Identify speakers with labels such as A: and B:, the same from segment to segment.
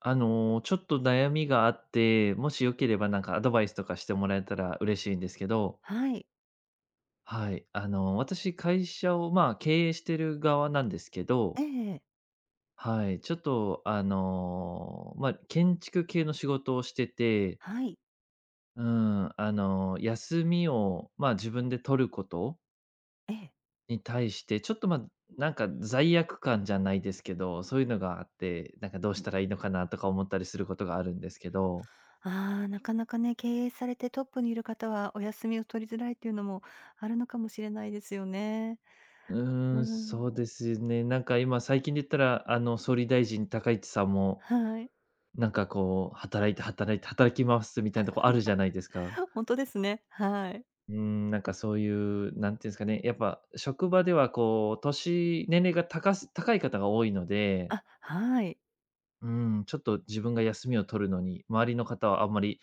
A: ちょっと悩みがあって、もしよければなんかアドバイスとかしてもらえたら嬉しいんですけど、
B: はい。
A: はい。私、会社を、まあ、経営してる側なんですけど、
B: ええ、
A: はい。ちょっと、まあ、建築系の仕事をしてて、
B: はい。
A: うん、休みを、まあ、自分で取ること
B: ええ。
A: に対して、ちょっと、まあ、なんか罪悪感じゃないですけど、そういうのがあって、なんかどうしたらいいのかなとか思ったりすることがあるんですけど、
B: ああ、なかなかね、経営されてトップにいる方はお休みを取りづらいっていうのもあるのかもしれないですよね。
A: う
B: うー
A: そ
B: ん。
A: うですね。なんか今最近で言ったら、総理大臣高市さんも、
B: はい。
A: なんかこう、働いて働いて働き回すみたいなとこあるじゃないですか。
B: あ、ほんとですね。はい。
A: なんかそういう、なんていうんですかね、やっぱ職場ではこう、年齢が高い方が多いので、
B: あ、はい。
A: うん、ちょっと自分が休みを取るのに、周りの方はあんまり、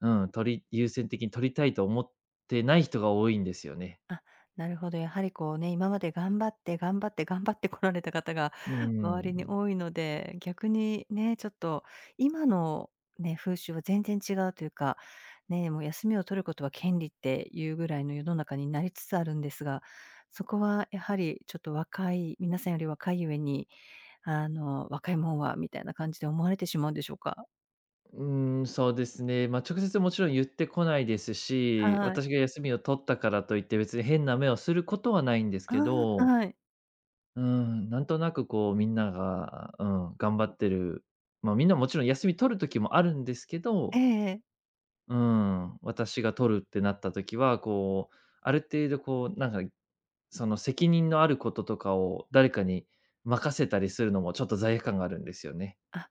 A: うん、優先的に取りたいと思ってない人が多いんですよね。
B: あ、なるほど。やはりこうね、今まで頑張って頑張って頑張ってこられた方が
A: うー
B: 周りに
A: ん。
B: 多いので、逆にね、ちょっと今のね、風習は全然違うというか、ね、もう休みを取ることは権利っていうぐらいの世の中になりつつあるんですが、そこはやはりちょっと若い、皆さんより若いゆえに、若いもんはみたいな感じで思われてしまうんでしょうか？
A: うそうですね。まあ、直接もちろん言ってこないですし、
B: はい。
A: 私が休みを取ったからといって別に変な目をすることはないんです
B: あ
A: け
B: あ、
A: ど、
B: はい。
A: うん、なんとなくこうみんなが、うん、頑張ってる、ま、みんなもちろん休み取る時もあるんですけ
B: え
A: ど、
B: ええ。
A: うん、私が取るってなった時は、こう、ある程度こうなんか、その責任のあることとかを誰かに任せたりするのもちょっと罪悪感があるんですよね。
B: あ、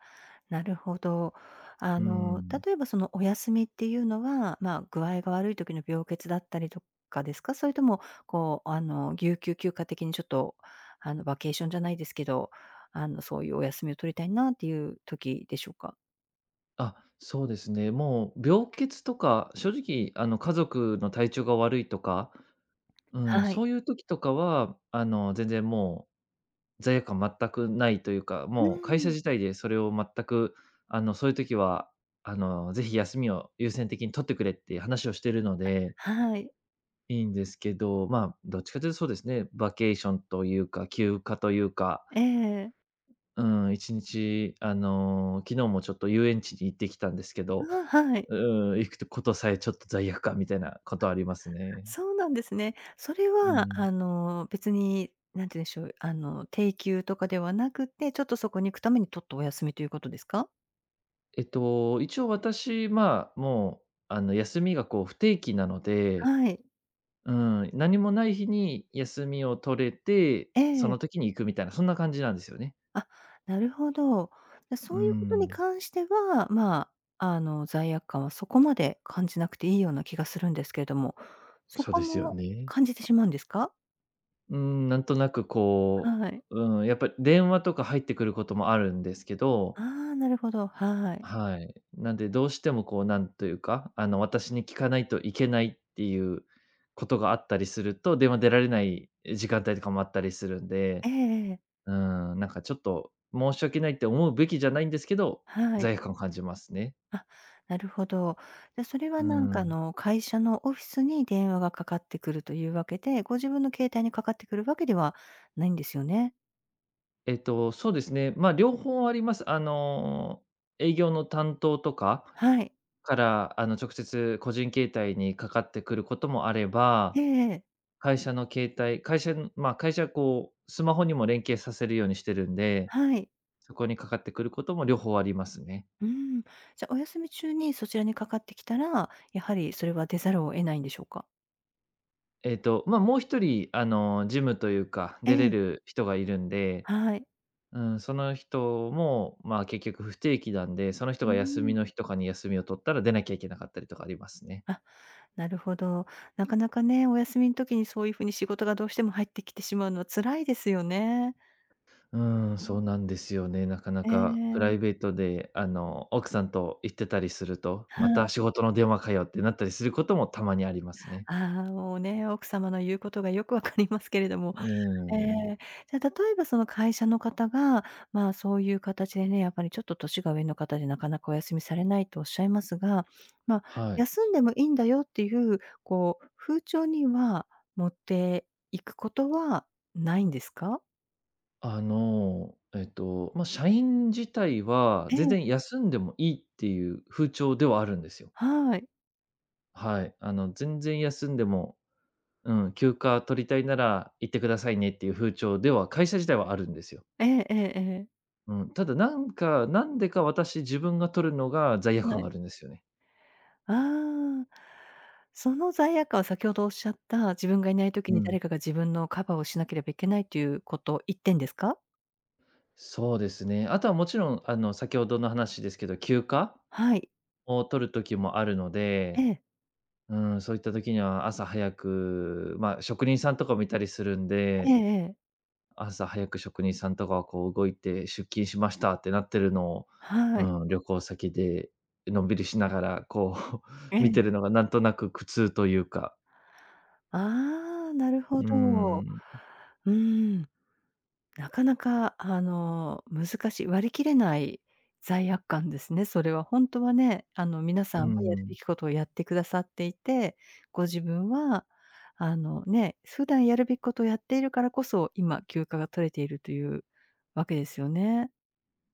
B: なるほど。
A: うん。
B: 例えばそのお休みっていうのは、具合が悪い時の病欠だったりとかですか？それとも、こう、有給休暇的にちょっと、バケーションじゃないですけど、そういうお休みを取りたいなっていう時でしょうか？
A: あ、そうですね。もう病欠とか、正直家族の体調が悪いとか、うん、
B: はい。
A: そういう時とかは、全然もう罪悪感全くないというか、
B: う
A: もう会社
B: ん、
A: 自体でそれを全く、そういう時は、ぜひ休みを優先的に取ってくれって話をしてるので、
B: はい。
A: いいんですけど、まあ、どっちかというとそうですね、バケーションというか、休暇というか、
B: ええ、
A: うん、一日、昨日もちょっと遊園地に行ってきたんですけど、
B: ああ、はい。
A: うん、行くことさえちょっと罪悪感みたいなことありますね。
B: そうなんですね。それ
A: う
B: は、
A: ん。
B: 別に、何て言うんでしょう、定休とかではなくて、ちょっとそこに行くために取ったお休みということですか？
A: 一応私、まあ、もう、休みがこう不定期なので、
B: はい。
A: うん、何もない日に休みを取れて、
B: え
A: その
B: え。
A: 時に行くみたいな、そんな感じなんですよね。
B: あ、なるほど。で、
A: う
B: そういうことに
A: ん、
B: 関しては、罪悪感はそこまで感じなくていいような気がするんですけれども、そ
A: そう
B: こ
A: ですよ
B: も
A: ね。
B: 感じてしまうんですか？
A: うん、なんとなくこ
B: はい。
A: う、うん、やっぱり電話とか入ってくることもあるんですけど、
B: ああ、なるほど、はい。
A: はい。なんで、どうしてもこう、なんというか、私に聞かないといけないっていうことがあったりすると、電話出られない時間帯とかもあったりするんで、
B: ええええ。
A: うん、なんかちょっと申し訳ないって思うべきじゃないんですけど、
B: はい。
A: 罪悪感を感じますね。
B: あ、なるほど。で、それ
A: う
B: はなんか
A: ん。
B: 会社のオフィスに電話がかかってくるというわけで、ご自分の携帯にかかってくるわけではないんですよね？
A: そうですね。まあ、両方あります。営業の担当とか
B: はい。
A: から、直接個人携帯にかかってくることもあれ
B: え
A: ば、
B: えええ。
A: 会社の携帯、会社のまあ、会社はこう、スマホにも連携させるようにしてるんで、
B: はい。
A: そこにかかってくることも両方ありますね。
B: うん。じゃ、あお休み中にそちらにかかってきたら、やはりそれは出ざるを得ないんでしょうか？
A: ま、もう一人、ジムというか、
B: え
A: 出れ
B: え。
A: る人がいるんで、
B: はい。
A: うん、その人も、まあ、結局不定期なんで、その人
B: うー
A: が休み
B: ん。
A: の日とかに休みを取ったら出なきゃいけなかったりとかありますね。
B: あ、なるほど。なかなかね、お休みの時にそういう風に仕事がどうしても入ってきてしまうのは辛いですよね。
A: う
B: う
A: ん、そ
B: ん。
A: うなんですよね。なかな
B: え
A: かプラ
B: え。
A: イベートで、奥さんと行ってたりすると、
B: は
A: また仕
B: い。
A: 事の電話かよってなったりすることもたまにありますね。
B: ああ、もうね、奥様の言うことがよくわかりますけれども、
A: うー
B: え
A: ん、
B: え。じゃ、例えばその会社の方が、そういう形でね、やっぱりちょっと年が上の方でなかなかお休みされないとおっしゃいますが、まあ、
A: はい。
B: 休んでもいいんだよっていう、こう、風潮には持っていくことはないんですか？
A: ま、社員自体は
B: え
A: 全
B: え、
A: 然休んでもいいっていう風潮ではあるんですよ。
B: はい。
A: はい。全然休んでも、うん、休暇取りたいなら行ってくださいねっていう風潮では、会社自体はあるんですよ。
B: ええええええ。
A: うん、ただなんか、なんでか自分が取るのが罪悪感
B: は
A: が
B: い。
A: あるんですよね。
B: ああ。その罪悪感は先ほどおっしゃった、自分がいない時
A: う
B: に
A: ん。
B: 誰かが自分のカバーをしなければいけないということ、て点ですか？
A: そうですね。あとはもちろん、先ほどの話ですけど、休暇
B: はい。
A: を取る時もあるの
B: え
A: で、
B: え。
A: うん、そういった時には朝早く、まあ、職人さんとか見たりするん
B: ええ
A: で、
B: ええ。
A: 朝早く職人さんとかはこう動いて出勤しましたってなってるのを、
B: は
A: う
B: い。
A: ん、旅行先でのんびりしながらこう
B: え
A: 見て
B: え。
A: るのがなんとなく苦痛というか、
B: ああ、なるほ
A: う
B: ど。
A: ん、
B: うーん、なかなか難しい、割り切れない罪悪感ですね、それは。ほんとはね、皆さ
A: う
B: んはやるべ
A: ん、
B: きことをやってくださっていて、ご自分はね、普段やるべきことをやっているからこそ、今休暇が取れているというわけですよね。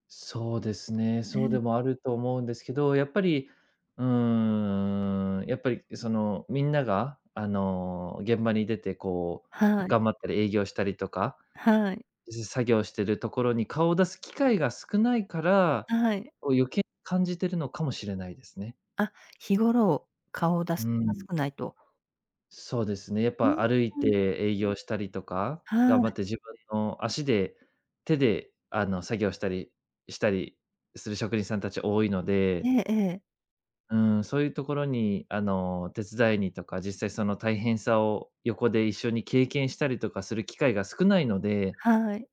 A: そうですね、
B: え
A: そうで
B: え、
A: もあると思うんですけど、やっぱり、うん、やっぱりそのみんながあの現場に出てこう
B: はい、
A: 頑張ったり営業したりとか、
B: はい、
A: 作業してるところに顔を出す機会が少ないから、
B: はい。
A: こう余計感じてるのかもしれないですね。
B: あ、日頃、顔を出
A: う
B: すのが
A: ん。
B: 少ないと。
A: そうですね、やっ
B: うん、
A: ぱ歩い
B: う
A: て
B: ん、
A: 営業したりとか、頑張っ
B: は
A: て自分の足で、手で作業したりする職人さんたち多いの
B: い、
A: で、
B: ええええ。
A: うん、そういうところに手伝いにとか、実際その大変さを横で一緒に経験したりとかする機会が少ないので、
B: はい。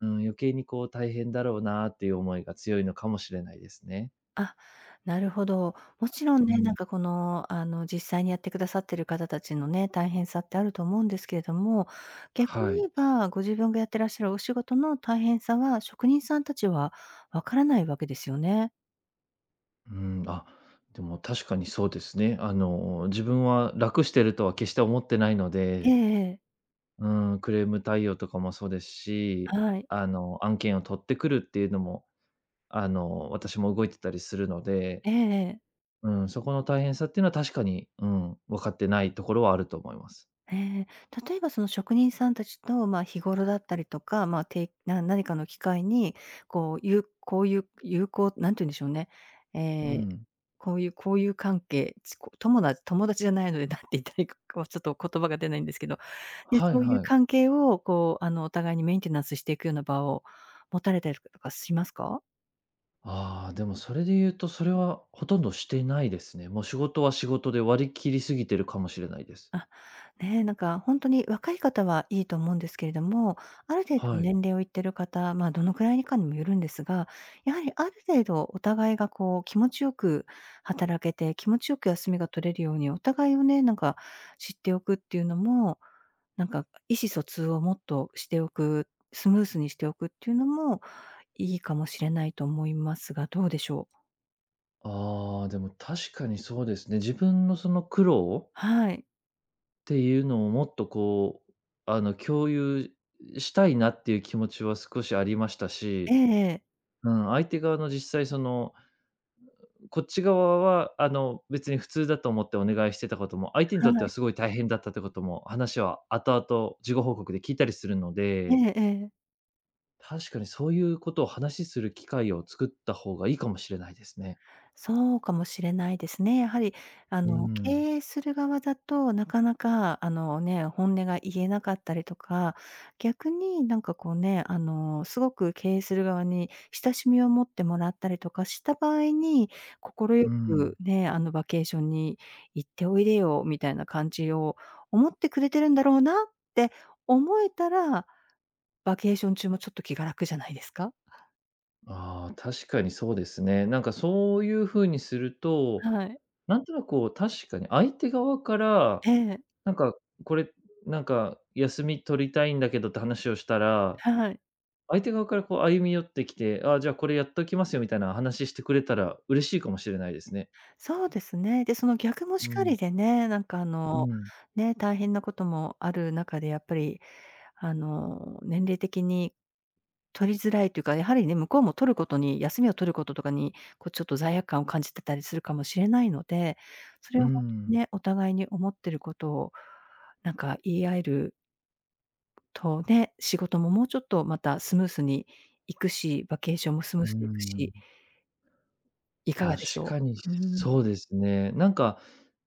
A: うん、余計にこう大変だろうなっていう思いが強いのかもしれないですね。
B: あ、なるほど。もちろん
A: う
B: ね、な
A: ん。
B: んかこの、実際にやってくださってる方たちのね、大変さってあると思うんですけれども、逆に
A: は
B: 言
A: い。
B: えば、ご自分がやってらっしゃるお仕事の大変さは、職人さんたちはわからないわけですよね。
A: うん、あ、でも確かにそうですね。自分は楽してるとは決して思ってないの
B: ええ
A: で、
B: ええ。
A: うん、クレーム対応とかもそうですし、
B: はい。
A: 案件を取ってくるっていうのも、私も動いてたりするので、
B: ええええ。
A: うん、そこの大変さっていうのは確かに、うん、分かってないところはあると思います。
B: 例えばその職人さんたちと、日頃だったりとか、てな何かの機会に、こう、有こういう有効なんて言うんでしょうね、え
A: う
B: え、
A: ん。
B: こういう交友関係、ちこ友達友達じゃないので、なんて言ったらいいか、こう、ちょっと言葉が出ないんですけど、で、
A: はい
B: そういう
A: はい。
B: 関係をこう、お互いにメンテナンスしていくような場を持たれたりとかしますか？
A: ああ、でもそれで言うと、それはほとんどしてないですね。もう仕事は仕事で割り切りすぎてるかもしれないです。
B: あ。ねえ、なんか本当に若い方はいいと思うんですけれども、ある程度の
A: はい。
B: 年齢をいってる方、どのくらいかにもよるんですが、やはりある程度お互いがこう気持ちよく働けて、気持ちよく休みが取れるようにお互いをね、なんか知っておくっていうのも、なんか意思疎通をもっとしておく、スムースにしておくっていうのもいいかもしれないと思いますが、どうでしょう？
A: ああ、でも確かにそうですね。自分のその苦労っ
B: はい。
A: ていうのをもっとこう、共有したいなっていう気持ちは少しありました
B: え
A: し、
B: えええ。
A: うん、相手側の実際その、こっち側は、別に普通だと思ってお願いしてたことも、相手にとって
B: は
A: は
B: い。
A: すごい大変だったってことも、話は後々事後報告で聞いたりするの
B: え
A: で、
B: えええ。
A: 確かにそういうことを話しする機会を作った方がいいかもしれないですね。
B: そうかもしれないですね。やはり、
A: う
B: 経
A: ん、
B: 営する側だと、なかなか、あのね、本音が言えなかったりとか、逆になんかこうね、すごく経営する側に親しみを持ってもらったりとかした場合に、快
A: うん。
B: くね、バケーションに行っておいでよみたいな感じを思ってくれてるんだろうなって思えたら、バケーション中もちょっと気が楽じゃないですか？
A: ああ、確かにそうですね。なんかそういう風にすると、
B: はい。
A: なんとなくこう、確かに相手側から、
B: ええ、
A: なんかこれ、なんか休み取りたいんだけどって話をしたら、
B: はい。
A: 相手側からこう歩み寄ってきて、ああ、じゃあこれやっときますよみたいな話してくれたら嬉しいかもしれないですね。
B: そうですね。で、その逆も
A: う
B: しか
A: ん、
B: りでね、なんか
A: うん、
B: ね、大変なこともある中で、やっぱり年齢的に取りづらいというか、やはりね、向こうも取ることに休みを取ることとかに、こうちょっと罪悪感を感じてたりするかもしれないので、それ
A: う
B: を本当
A: ん、
B: にね、お互いに思ってることを、なんか言い合えるとね、仕事ももうちょっとまたスムースにいくし、バケーションもスムー
A: う
B: スにいく
A: ん。
B: し、いかが
A: 確
B: でしょ
A: かに
B: う？うん、
A: そうですね。なんか、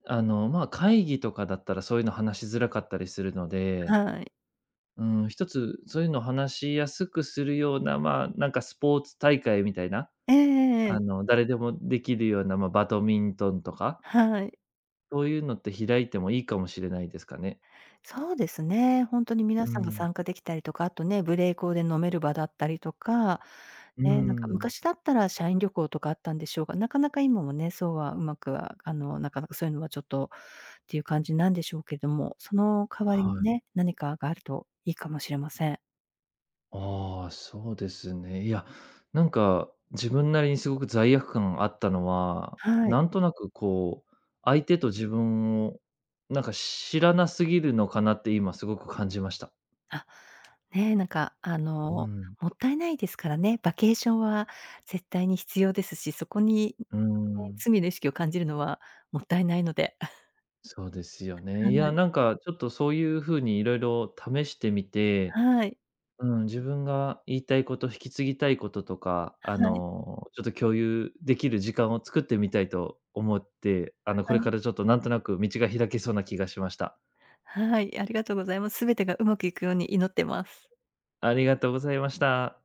A: まあ、会議とかだったらそういうの話しづらかったりするので、
B: はい。
A: うん、一つそういうの話しやすくするような、まあ、なんかスポーツ大会みたいな、
B: ええええ、
A: 誰でもできるような、まあ、バドミントンとか、
B: はい。
A: そういうのって開いてもいいかもしれないですかね。
B: そうですね。本当に
A: う
B: 皆さんが
A: ん。
B: 参加できたりとか、あとね、無礼講で飲める場だったりとか、
A: う
B: ね、なんか
A: ん。
B: 昔だったら社員旅行とかあったんでしょうが、なかなか今もね、そうはうまくは、なかなかそういうのはちょっとっていう感じなんでしょうけれども、その代わり
A: は
B: に
A: い。
B: ね、何かがあるといいかもしれません。
A: ああ、そうですね。いや、なんか、自分なりにすごく罪悪感あったのは、
B: はい。
A: なんとなくこう、相手と自分を、なんか知らなすぎるのかなって今すごく感じました。
B: あ、ねえ、なんか、
A: うん。
B: もったいないですからね、バケーションは絶対に必要ですし、そこに、ね、
A: うーん。
B: 罪の意識を感じるのはもったいないので。
A: そうですよ
B: は
A: ね。いや、
B: い。
A: なんかちょっとそういう風にいろいろ試してみて、
B: はい。
A: うん、自分が言いたいこと、引き継ぎたいこととか、
B: はい、
A: ちょっと共有できる時間を作ってみたいと思って、こ
B: は
A: れか
B: い。
A: らちょっとなんとなく道が開けそうな気がしました。
B: はい、ありがとうございます。すべてがうまくいくように祈ってます。
A: ありがとうございました。